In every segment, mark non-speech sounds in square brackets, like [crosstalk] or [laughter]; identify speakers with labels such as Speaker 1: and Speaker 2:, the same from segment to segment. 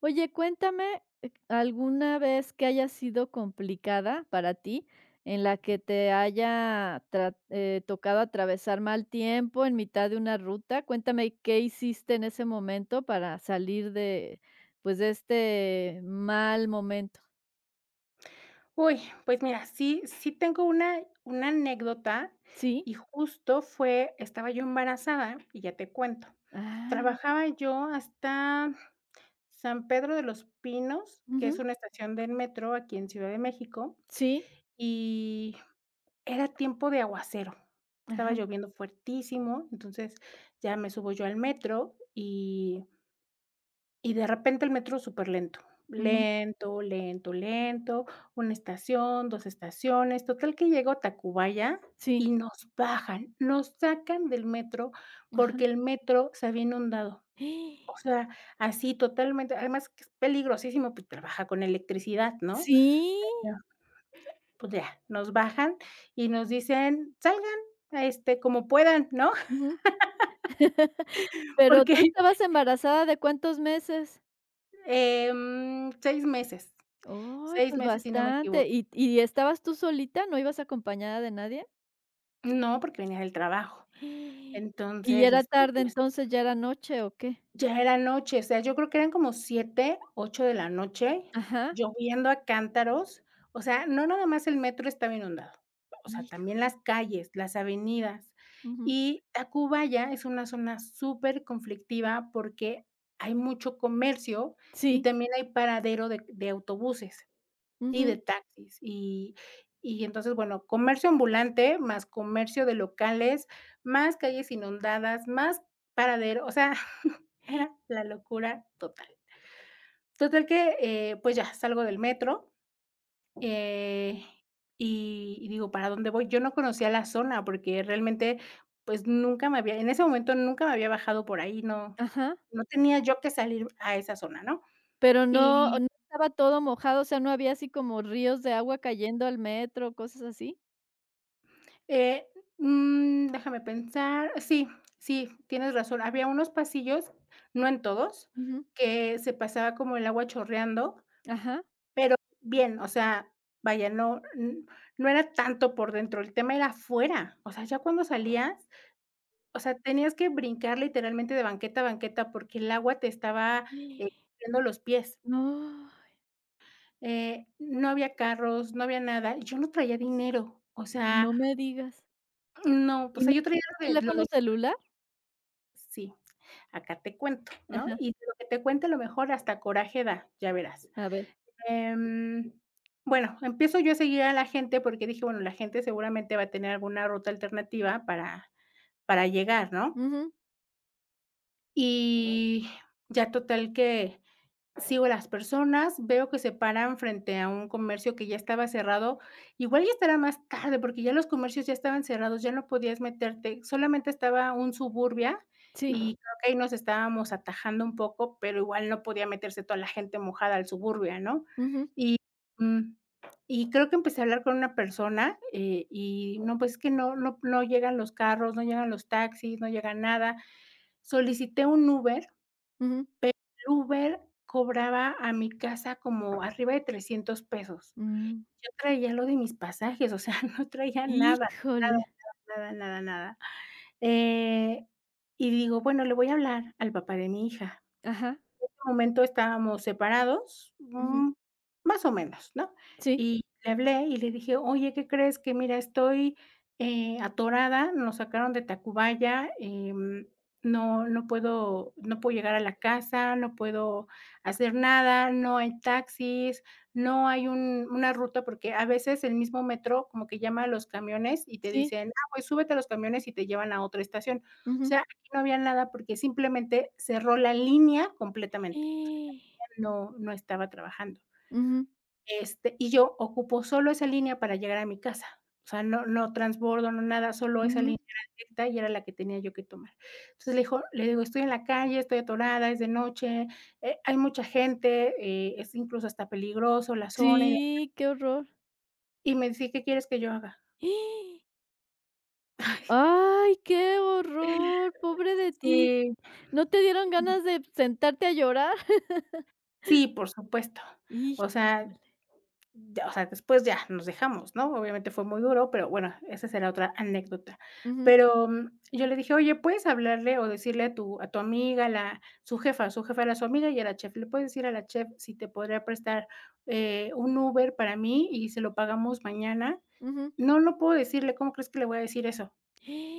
Speaker 1: Oye, cuéntame, alguna vez que haya sido complicada para ti, en la que te haya tocado atravesar mal tiempo en mitad de una ruta. Cuéntame qué hiciste en ese momento para salir de, pues, de este mal momento.
Speaker 2: Uy, pues mira, sí, sí tengo una anécdota
Speaker 1: Sí.
Speaker 2: y justo fue estaba yo embarazada y ya te cuento.
Speaker 1: Ah,
Speaker 2: Trabajaba yo hasta San Pedro de los Pinos, que es
Speaker 1: ujú.
Speaker 2: una estación del metro aquí en Ciudad de México,
Speaker 1: Sí.
Speaker 2: y era tiempo de aguacero. Estaba
Speaker 1: Ajá.
Speaker 2: lloviendo fuertísimo, entonces ya me subo yo al metro y de repente el metro superlento,
Speaker 1: Ujú.
Speaker 2: lento, lento, lento, lento, una estación, 2 estaciones, total que llego a Tacubaya y
Speaker 1: Sí.
Speaker 2: nos bajan, nos sacan del metro
Speaker 1: Ajá.
Speaker 2: porque el metro se había inundado. O
Speaker 1: [gasps]
Speaker 2: sea, así totalmente, además que es peligrosísimo, pues trabaja con electricidad, ¿no?
Speaker 1: Sí.
Speaker 2: Ya. Pues ya, nos bajan y nos dicen: "Salgan, este, como puedan", ¿no? [laughs]
Speaker 1: Ujú. ¿Pero
Speaker 2: Porque,
Speaker 1: tú estabas embarazada de cuántos meses?
Speaker 2: 6 meses,
Speaker 1: Oy,
Speaker 2: 6
Speaker 1: pues
Speaker 2: meses, si no me
Speaker 1: bastante.
Speaker 2: equivoco.
Speaker 1: ¿Y estabas tú solita? ¿No ibas acompañada de nadie?
Speaker 2: No, porque venía del trabajo.
Speaker 1: [gasps] ¿Y ya
Speaker 2: Entonces,
Speaker 1: era
Speaker 2: este,
Speaker 1: tarde
Speaker 2: pues,
Speaker 1: entonces, ya era noche o qué?
Speaker 2: ya era noche, o sea, yo creo que eran como 7, 8 de la noche,
Speaker 1: Ajá.
Speaker 2: lloviendo a cántaros. O sea, no nada más el metro estaba inundado, o sea,
Speaker 1: Hijo.
Speaker 2: también las calles, las avenidas.
Speaker 1: Ujú.
Speaker 2: Y Tacubaya es una zona súper conflictiva porque hay mucho comercio y
Speaker 1: Sí.
Speaker 2: también hay paradero de autobuses. Y de
Speaker 1: Ujú.
Speaker 2: taxis. Y entonces, bueno, comercio ambulante, más comercio de locales, más calles inundadas, más paradero, o sea, [laughs] era la locura total. Total que, pues ya salgo del metro, eh, y digo: "¿Para dónde voy?". Yo no conocía la zona porque realmente, pues, nunca me había en ese momento nunca me había bajado por ahí, no
Speaker 1: Ajá.
Speaker 2: no tenía yo que salir a esa zona, ¿no?
Speaker 1: Pero no estaba todo mojado, o sea, ¿no había así como ríos de agua cayendo al metro, cosas así?
Speaker 2: Eh, Déjame pensar. Sí, sí, tienes razón. Había unos pasillos, no en todos,
Speaker 1: Ujú.
Speaker 2: que se pasaba como el agua chorreando,
Speaker 1: Ajá.
Speaker 2: pero bien, o sea, vaya, no, no era tanto por dentro, el tema era afuera. O sea, ya cuando salías, o sea, tenías que brincar literalmente de banqueta a banqueta porque el agua te estaba
Speaker 1: Sí.
Speaker 2: eh, cubriendo los pies.
Speaker 1: No,
Speaker 2: No había carros, no había nada. Yo no traía dinero, o sea,
Speaker 1: no me digas.
Speaker 2: no, o
Speaker 1: ¿Y
Speaker 2: sea,
Speaker 1: no
Speaker 2: yo traía
Speaker 1: tenías teléfono celular?
Speaker 2: sí. Acá te cuento, ¿no?
Speaker 1: Ajá.
Speaker 2: Y de lo que te cuente, a lo mejor hasta coraje da, ya verás.
Speaker 1: A ver.
Speaker 2: Em, bueno, empiezo yo a seguir a la gente porque dije, bueno, la gente seguramente va a tener alguna ruta alternativa para llegar, ¿no?
Speaker 1: Ujú.
Speaker 2: Y ya total que sigo a las personas, veo que se paran frente a un comercio que ya estaba cerrado, igual ya estará más tarde, porque ya los comercios ya estaban cerrados, ya no podías meterte, solamente estaba un Suburbia. Ajá. Y
Speaker 1: Sí.
Speaker 2: ajá, creo que ahí nos estábamos atajando un poco, pero igual no podía meterse toda la gente mojada al Suburbia, ¿no?
Speaker 1: Ujú,
Speaker 2: Y, mm, y creo que empecé a hablar con una persona, y no, pues es que no llegan los carros, no llegan los taxis, no llega nada. Solicité un Uber.
Speaker 1: ujú.
Speaker 2: Uber cobraba a mi casa como arriba de 300 pesos.
Speaker 1: Mm.
Speaker 2: Yo traía lo de mis pasajes, o sea, [laughs] no traía nada,
Speaker 1: Híjole.
Speaker 2: nada, nada, nada, nada, nada. Eh, y digo, bueno, le voy a hablar al papá de mi hija.
Speaker 1: Ajá.
Speaker 2: Este momento estábamos separados,
Speaker 1: Ujú.
Speaker 2: más o menos, ¿no?
Speaker 1: Sí,
Speaker 2: Y le hablé y le dije: "Oye, ¿qué crees? Que mira, estoy, atorada, nos sacaron de Tacubaya, no puedo llegar a la casa, no puedo hacer nada, no hay taxis, no hay un una ruta", porque a veces el mismo metro como que llama a los camiones y te
Speaker 1: sí.
Speaker 2: dicen: "Ah, pues súbete a los camiones y te llevan a otra estación". O
Speaker 1: Ujú.
Speaker 2: sea, no había nada porque simplemente cerró la línea
Speaker 1: [gasps]
Speaker 2: completamente. O
Speaker 1: ¡Eh!
Speaker 2: sea, no, no estaba trabajando.
Speaker 1: Ujú,
Speaker 2: Este, y yo ocupo solo esa línea para llegar a mi casa. O sea, no, no transbordo, no nada, solo esa
Speaker 1: ujú.
Speaker 2: línea era directa y era la que tenía yo que tomar. Entonces le, dijo, le digo, estoy en la calle, estoy atorada, es de noche, hay mucha gente, es incluso hasta peligroso la zona. Y,
Speaker 1: Sí, qué horror. [gasps]
Speaker 2: y me dice: "¿Qué quieres que yo haga?".
Speaker 1: ¡Eh! Ay, qué horror, pobre de ti.
Speaker 2: Sí,
Speaker 1: ¿No te dieron ganas de sentarte a llorar? [laughs]
Speaker 2: sí, por supuesto. O sea,
Speaker 1: Híjole.
Speaker 2: ya, o sea, después ya nos dejamos, ¿no? Obviamente fue muy duro, pero bueno, esa será otra anécdota.
Speaker 1: Ujú,
Speaker 2: Pero, yo le dije: "Oye, ¿puedes hablarle o decirle a tu amiga, la su jefa?". Su jefa era su amiga y era chef. "¿Le puedes decir a la chef si te podría prestar, un Uber para mí y se lo pagamos mañana?".
Speaker 1: ujú.
Speaker 2: "No, no puedo decirle, ¿cómo crees que le voy a decir eso?".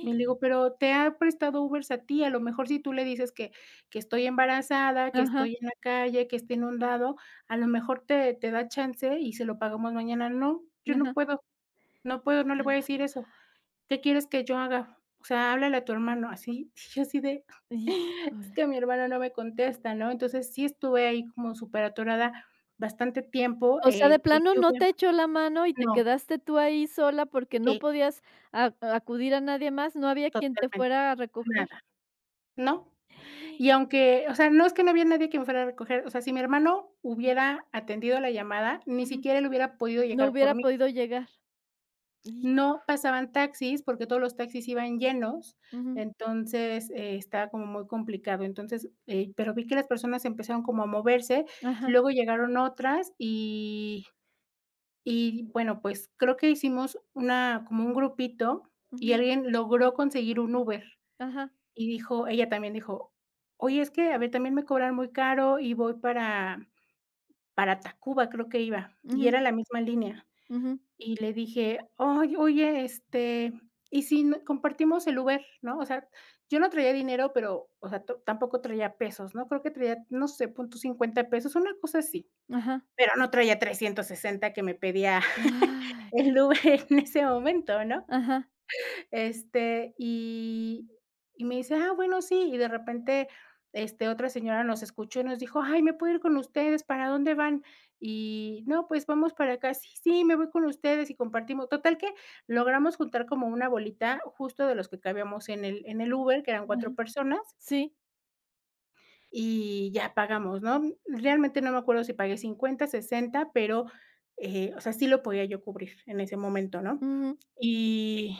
Speaker 2: Y le digo: "Pero te ha prestado Ubers a ti, a lo mejor si tú le dices que estoy embarazada, que
Speaker 1: Ajá,
Speaker 2: estoy en la calle, que está inundado, a lo mejor te da chance y se lo pagamos mañana". "No, yo no
Speaker 1: ajá.
Speaker 2: puedo, no puedo, no le voy a
Speaker 1: Ajá.
Speaker 2: decir eso. ¿Qué quieres que yo haga? O sea, háblale a tu hermano", así. [laughs] Y yo así de: [laughs] "Es
Speaker 1: Híjole.
Speaker 2: que mi hermano no me contesta", ¿no? Entonces, sí estuve ahí como superatorada bastante tiempo,
Speaker 1: O sea, de
Speaker 2: la
Speaker 1: plano no
Speaker 2: lluvia
Speaker 1: te echó la mano y te
Speaker 2: no,
Speaker 1: quedaste tú ahí sola porque no
Speaker 2: sí,
Speaker 1: podías a acudir a nadie más, no había quien te
Speaker 2: totalmente,
Speaker 1: fuera a recoger.
Speaker 2: nada, ¿no? Y aunque, o sea, no es que no había nadie que me fuera a recoger, o sea, si mi hermano hubiera atendido la llamada, ni
Speaker 1: Ujú.
Speaker 2: siquiera él hubiera podido
Speaker 1: No
Speaker 2: llegar
Speaker 1: hubiera
Speaker 2: por mí.
Speaker 1: podido llegar. Y
Speaker 2: No pasaban taxis, porque todos los taxis iban llenos,
Speaker 1: ujú,
Speaker 2: entonces, estaba como muy complicado. Entonces, pero vi que las personas empezaron como a moverse,
Speaker 1: ajá,
Speaker 2: luego llegaron otras y bueno, pues creo que hicimos una como un grupito y
Speaker 1: ujú,
Speaker 2: alguien logró conseguir un Uber.
Speaker 1: ajá,
Speaker 2: Y dijo Ella también dijo: "Oye, es que, a ver, también me cobran muy caro y voy para Tacuba", creo que iba, y
Speaker 1: ujú,
Speaker 2: era la misma línea.
Speaker 1: ujú,
Speaker 2: Y le dije: oye, este, ¿y si no compartimos el Uber?", ¿no? O sea, yo no traía dinero, pero, o sea, to tampoco traía pesos, ¿no? Creo que traía, no sé, pon 50 pesos, una cosa así,
Speaker 1: ajá.
Speaker 2: pero no traía 360 que me pedía [laughs]
Speaker 1: Ay.
Speaker 2: el Uber en ese momento, ¿no?
Speaker 1: Ajá,
Speaker 2: Este, y me dice: "Ah, bueno, sí". Y de repente, este, otra señora nos escuchó y nos dijo: "Ay, ¿me puedo ir con ustedes? ¿Para dónde van?". Y: "No, pues vamos para acá". "Sí, sí, me voy con ustedes", y compartimos. Total que logramos juntar como una bolita justo de los que cabíamos en el Uber, que eran
Speaker 1: mm, ajá.
Speaker 2: 4 personas,
Speaker 1: Sí,
Speaker 2: y ya pagamos, ¿no? Realmente no me acuerdo si pagué 50 60 pero, o sea, sí lo podía yo cubrir en ese momento, ¿no?
Speaker 1: ujú.
Speaker 2: Y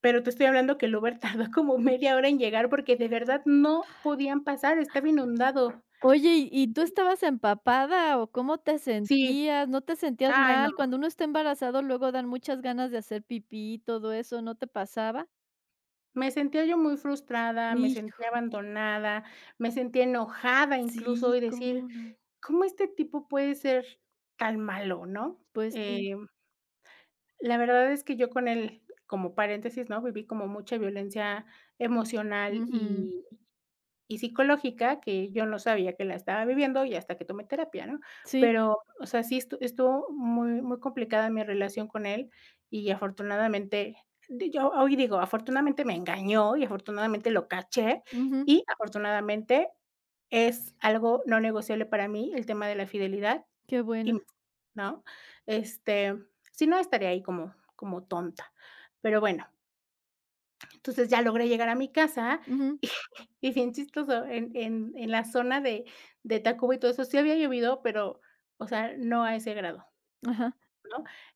Speaker 2: pero te estoy hablando que el Uber [laughs] tardó como media hora en llegar porque de verdad no podían pasar, estaba inundado.
Speaker 1: Oye, ¿y
Speaker 2: Y
Speaker 1: tú estabas empapada o cómo te
Speaker 2: sí,
Speaker 1: sentías? ¿No te sentías
Speaker 2: ay, no,
Speaker 1: mal? Cuando uno está embarazado, luego dan muchas ganas de hacer pipí y todo eso, ¿no te pasaba?
Speaker 2: me sentía yo muy frustrada, me
Speaker 1: Hijo,
Speaker 2: sentía abandonada, me sentía enojada incluso
Speaker 1: sí,
Speaker 2: y decir:
Speaker 1: cómo no.
Speaker 2: "¿Cómo este tipo puede ser tan malo?", ¿no?
Speaker 1: Pues sí.
Speaker 2: Eh, la verdad es que yo con él, como paréntesis, ¿no? Viví como mucha violencia emocional
Speaker 1: Ujú.
Speaker 2: y psicológica, que yo no sabía que la estaba viviendo y hasta que tomé terapia, ¿no?
Speaker 1: Sí,
Speaker 2: Pero, o sea, sí estuvo muy, muy complicada mi relación con él y afortunadamente, di yo hoy digo, afortunadamente me engañó y afortunadamente lo caché
Speaker 1: ujú,
Speaker 2: y afortunadamente es algo no negociable para mí el tema de la fidelidad
Speaker 1: qué
Speaker 2: y,
Speaker 1: bueno.
Speaker 2: ¿no? Este, si no, estaría ahí como como tonta. Pero bueno, entonces, ya logré llegar a mi casa
Speaker 1: Ujú,
Speaker 2: y [laughs] y bien chistoso, en en la zona de Tacuba y todo eso, sí había llovido, pero, o sea, no a ese grado.
Speaker 1: ajá,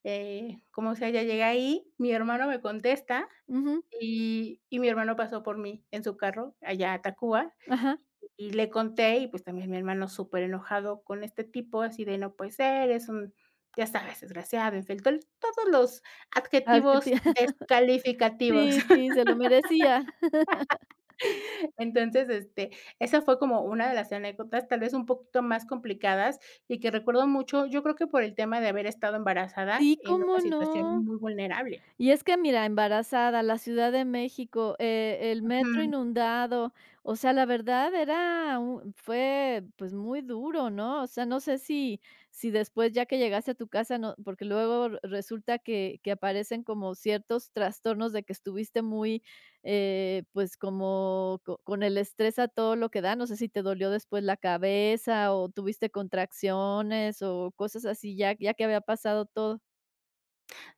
Speaker 2: Como sea, ya llegué ahí, mi hermano me contesta
Speaker 1: ujú,
Speaker 2: y mi hermano pasó por mí en su carro allá a Tacuba
Speaker 1: ajá.
Speaker 2: y le conté y, pues, también mi hermano superenojado con este tipo, así de: "No puede ser, es un, ya sabes, desgraciado, infiel", todos los
Speaker 1: Así
Speaker 2: adjetivos
Speaker 1: Argentina. [laughs]
Speaker 2: descalificativos.
Speaker 1: Sí, sí, se lo merecía.
Speaker 2: Entonces, este, esa fue como una de las anécdotas, tal vez un poquito más complicadas y que recuerdo mucho, yo creo que por el tema de haber estado embarazada
Speaker 1: Sí,
Speaker 2: en una
Speaker 1: ¿cómo
Speaker 2: situación
Speaker 1: no?
Speaker 2: muy vulnerable.
Speaker 1: Y es que mira, embarazada, la Ciudad de México, el metro
Speaker 2: Ujú.
Speaker 1: inundado, o sea, la verdad era un fue, pues, muy duro, ¿no? O sea, no sé si después ya que llegaste a tu casa, no porque luego r resulta que aparecen como ciertos trastornos de que estuviste muy, pues, como co con el estrés a todo lo que da, no sé si te dolió después la cabeza o tuviste contracciones o cosas así ya que había pasado todo.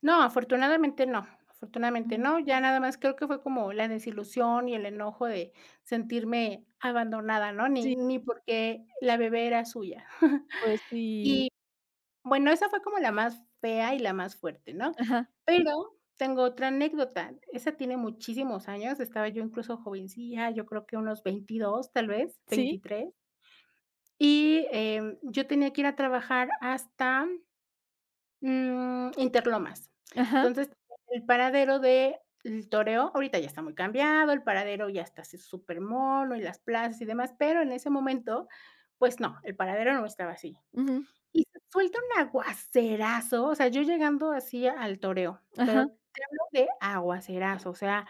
Speaker 2: No, afortunadamente no, afortunadamente no, ya nada más creo que fue como la desilusión y el enojo de sentirme abandonada, ¿no? Ni
Speaker 1: Sí,
Speaker 2: ni porque la bebé era suya. [laughs]
Speaker 1: pues sí.
Speaker 2: Y bueno, esa fue como la más fea y la más fuerte, ¿no?
Speaker 1: Ajá.
Speaker 2: Pero tengo otra anécdota. Esa tiene muchísimos años, estaba yo incluso jovencilla, yo creo que unos 22, tal vez,
Speaker 1: Sí.
Speaker 2: 23. Y, yo tenía que ir a trabajar hasta, Interlomas.
Speaker 1: Ajá.
Speaker 2: Entonces, el paradero de El Toreo, ahorita ya está muy cambiado, el paradero ya está así supermono y las plazas y demás, pero en ese momento, pues no, el paradero no estaba así.
Speaker 1: Ujú.
Speaker 2: Y se suelta un aguacerazo, o sea, yo llegando así al toreo, pero
Speaker 1: Ajá.
Speaker 2: te hablo de aguacerazo, o sea,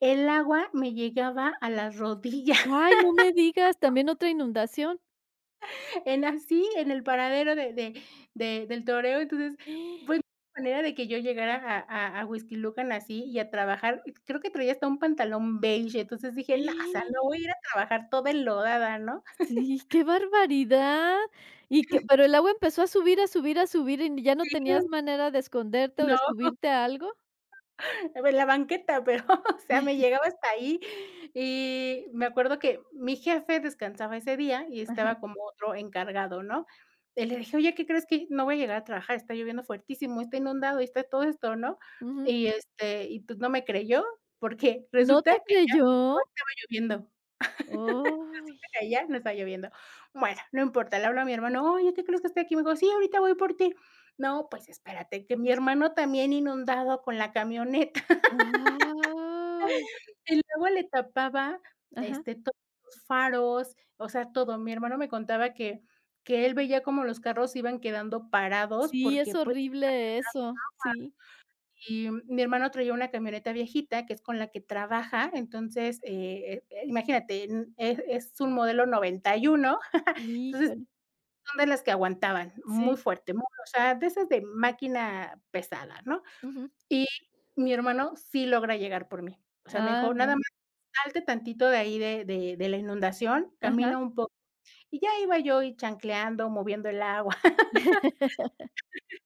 Speaker 2: el agua me llegaba a las rodillas,
Speaker 1: Ay, no me digas, ¿también otra inundación?
Speaker 2: [laughs] en así, en el paradero de del toreo, entonces, pues, no
Speaker 1: ¡Eh!
Speaker 2: había manera de que yo llegara a Huixquilucan así y a trabajar, creo que traía hasta un pantalón beige, entonces dije: "No, o sea, no voy a ir a trabajar toda enlodada", ¿no?
Speaker 1: Sí, qué barbaridad. Y que pero el agua empezó a subir, a subir, a subir, ¿y ya no
Speaker 2: ¿Qué?
Speaker 1: tenías manera de esconderte o
Speaker 2: No.
Speaker 1: de subirte a algo?
Speaker 2: En la banqueta, pero, [laughs] o sea, me
Speaker 1: [laughs]
Speaker 2: llegaba hasta ahí, y me acuerdo que mi jefe descansaba ese día y
Speaker 1: Ajá.
Speaker 2: estaba como otro encargado, ¿no? Y le dije: "Oye, ¿qué crees que no voy a llegar a trabajar? Está lloviendo fuertísimo, está inundado y está todo esto", ¿no?
Speaker 1: Ujú.
Speaker 2: Y, y, pues, no me creyó, porque
Speaker 1: ¿No
Speaker 2: resulta
Speaker 1: te
Speaker 2: que
Speaker 1: creyó?
Speaker 2: no estaba lloviendo,
Speaker 1: Ay.
Speaker 2: [laughs] allá no estaba lloviendo. Bueno, no importa, le hablo a mi hermano: "Oye, ¿qué crees que estoy aquí?". Me dijo: "Sí, ahorita voy por ti". No, pues espérate, que mi hermano también inundado con la camioneta.
Speaker 1: Ah.
Speaker 2: Y luego le tapaba,
Speaker 1: Ajá.
Speaker 2: todos los faros, o sea, todo. Mi hermano me contaba que él veía cómo los carros iban quedando parados,
Speaker 1: Sí,
Speaker 2: porque,
Speaker 1: es
Speaker 2: pues,
Speaker 1: horrible eso. Sí.
Speaker 2: y mi hermano traía una camioneta viejita, que es con la que trabaja, entonces, imagínate, n es un modelo 91, entonces,
Speaker 1: Híjole.
Speaker 2: son de las que aguantaban, muy
Speaker 1: Sí.
Speaker 2: fuerte, muy, o sea, de esas de máquina pesada, ¿no?
Speaker 1: Ujú.
Speaker 2: Y mi hermano sí logra llegar por mí. O sea, me
Speaker 1: Ah,
Speaker 2: dijo: "Nada.
Speaker 1: bueno.
Speaker 2: Salte tantito de ahí de la inundación,
Speaker 1: Ajá.
Speaker 2: camina un poco, y ya iba yo y chancleando, moviendo el agua,
Speaker 1: [laughs]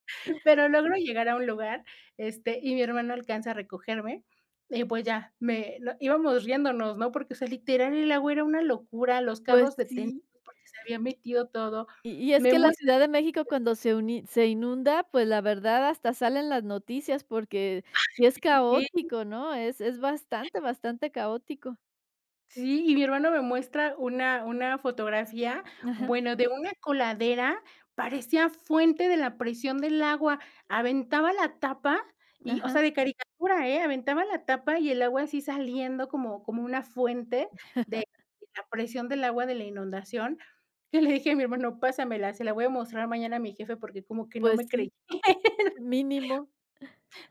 Speaker 2: [laughs] pero logro llegar a un lugar, y mi hermano alcanza a recogerme, y pues ya, me no íbamos riéndonos, ¿no? Porque, o sea, literal, el agua era una locura, los
Speaker 1: Pues
Speaker 2: carros detenidos
Speaker 1: sí,
Speaker 2: porque se había metido todo.
Speaker 1: y es
Speaker 2: Me
Speaker 1: que la
Speaker 2: muestra
Speaker 1: Ciudad de México cuando se uni se inunda, pues, la verdad hasta salen las noticias porque sí es
Speaker 2: sí.
Speaker 1: caótico, ¿no? Es bastante, bastante caótico.
Speaker 2: Sí, y mi hermano me muestra una fotografía,
Speaker 1: Ajá,
Speaker 2: bueno, de una coladera, parecía fuente de la presión del agua, aventaba la tapa y, o
Speaker 1: ajá,
Speaker 2: sea, de caricatura, ¿eh? Aventaba la tapa y el agua así saliendo como como una fuente de la presión del agua de la inundación. Yo le dije a mi hermano: "Pásamela, se la voy a mostrar mañana a mi jefe", porque como que no
Speaker 1: pues
Speaker 2: me creyeron.
Speaker 1: sí,
Speaker 2: [laughs]
Speaker 1: mínimo.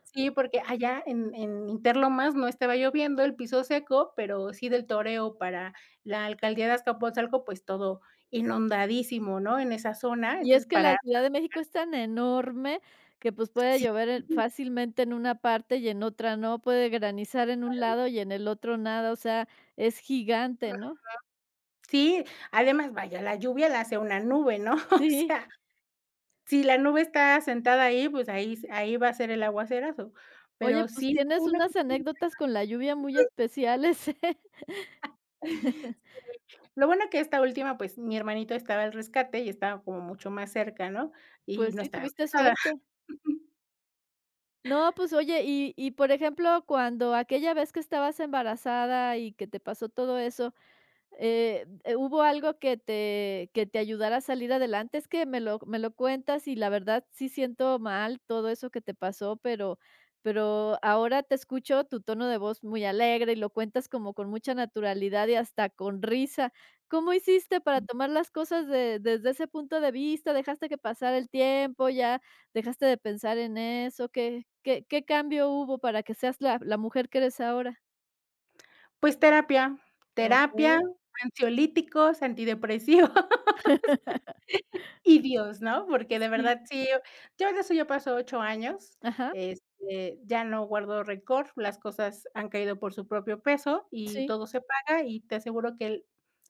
Speaker 2: Sí, porque allá en Interlomas no estaba lloviendo, el piso seco, pero sí del toreo para la alcaldía de Azcapotzalco, pues todo inundadísimo, ¿no? En esa zona,
Speaker 1: Y es
Speaker 2: entonces
Speaker 1: que la
Speaker 2: para
Speaker 1: Ciudad de México es tan enorme que, pues, puede
Speaker 2: sí,
Speaker 1: llover, fácilmente en una parte y en otra no, puede granizar en un lado y en el otro nada, o sea, es gigante, ¿no?
Speaker 2: sí, además, vaya, la lluvia la hace una nube, ¿no? [laughs] O
Speaker 1: Sí.
Speaker 2: sea, si la nube está sentada ahí, pues ahí va a ser el aguacerazo,
Speaker 1: Oye,
Speaker 2: pero
Speaker 1: pues,
Speaker 2: sí fue
Speaker 1: tienes
Speaker 2: una
Speaker 1: unas
Speaker 2: cosa bien.
Speaker 1: anécdotas con la lluvia muy especiales, [laughs] ¿eh?
Speaker 2: [laughs] Lo bueno que esta última, pues, mi hermanito estaba al rescate y estaba como mucho más cerca, ¿no? Y
Speaker 1: Pues
Speaker 2: no
Speaker 1: sí,
Speaker 2: estaba
Speaker 1: tuviste
Speaker 2: embarazada.
Speaker 1: suerte.
Speaker 2: [laughs]
Speaker 1: No, pues oye, y por ejemplo, cuando aquella vez que estabas embarazada y que te pasó todo eso, ¿hubo algo que te ayudara a salir adelante? Es que me lo cuentas y la verdad sí siento mal todo eso que te pasó, pero ahora te escucho tu tono de voz muy alegre y lo cuentas como con mucha naturalidad y hasta con risa. ¿Cómo hiciste para tomar las cosas de desde ese punto de vista? ¿Dejaste que pasara el tiempo? ¿Ya dejaste de pensar en eso? ¿Qué cambio hubo para que seas la mujer que eres ahora?
Speaker 2: Pues terapia, terapia,
Speaker 1: Okey,
Speaker 2: ansiolíticos, antidepresivos [laughs] y Dios, ¿no? Porque de
Speaker 1: sí.
Speaker 2: verdad sí, yo de eso ya pasó 8 años,
Speaker 1: Ajá.
Speaker 2: ya no guardo rencor, las cosas han caído por su propio peso y
Speaker 1: Sí,
Speaker 2: todo se paga, y te aseguro que él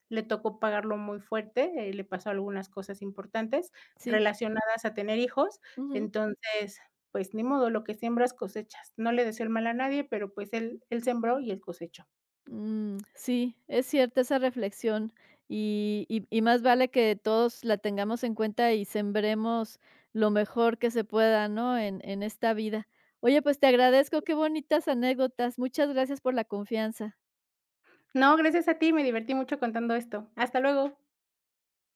Speaker 2: le tocó pagarlo muy fuerte, le pasó algunas cosas importantes
Speaker 1: sí.
Speaker 2: relacionadas a tener hijos.
Speaker 1: Ujú.
Speaker 2: Entonces, pues ni modo, lo que siembras cosechas. No le deseo el mal a nadie, pero pues él sembró y él cosechó.
Speaker 1: Mm, sí, es cierta esa reflexión y, y más vale que todos la tengamos en cuenta y sembremos lo mejor que se pueda, ¿no? En esta vida. Oye, pues te agradezco, qué bonitas anécdotas. Muchas gracias por la confianza.
Speaker 2: No, gracias a ti, me divertí mucho contando esto. Hasta luego.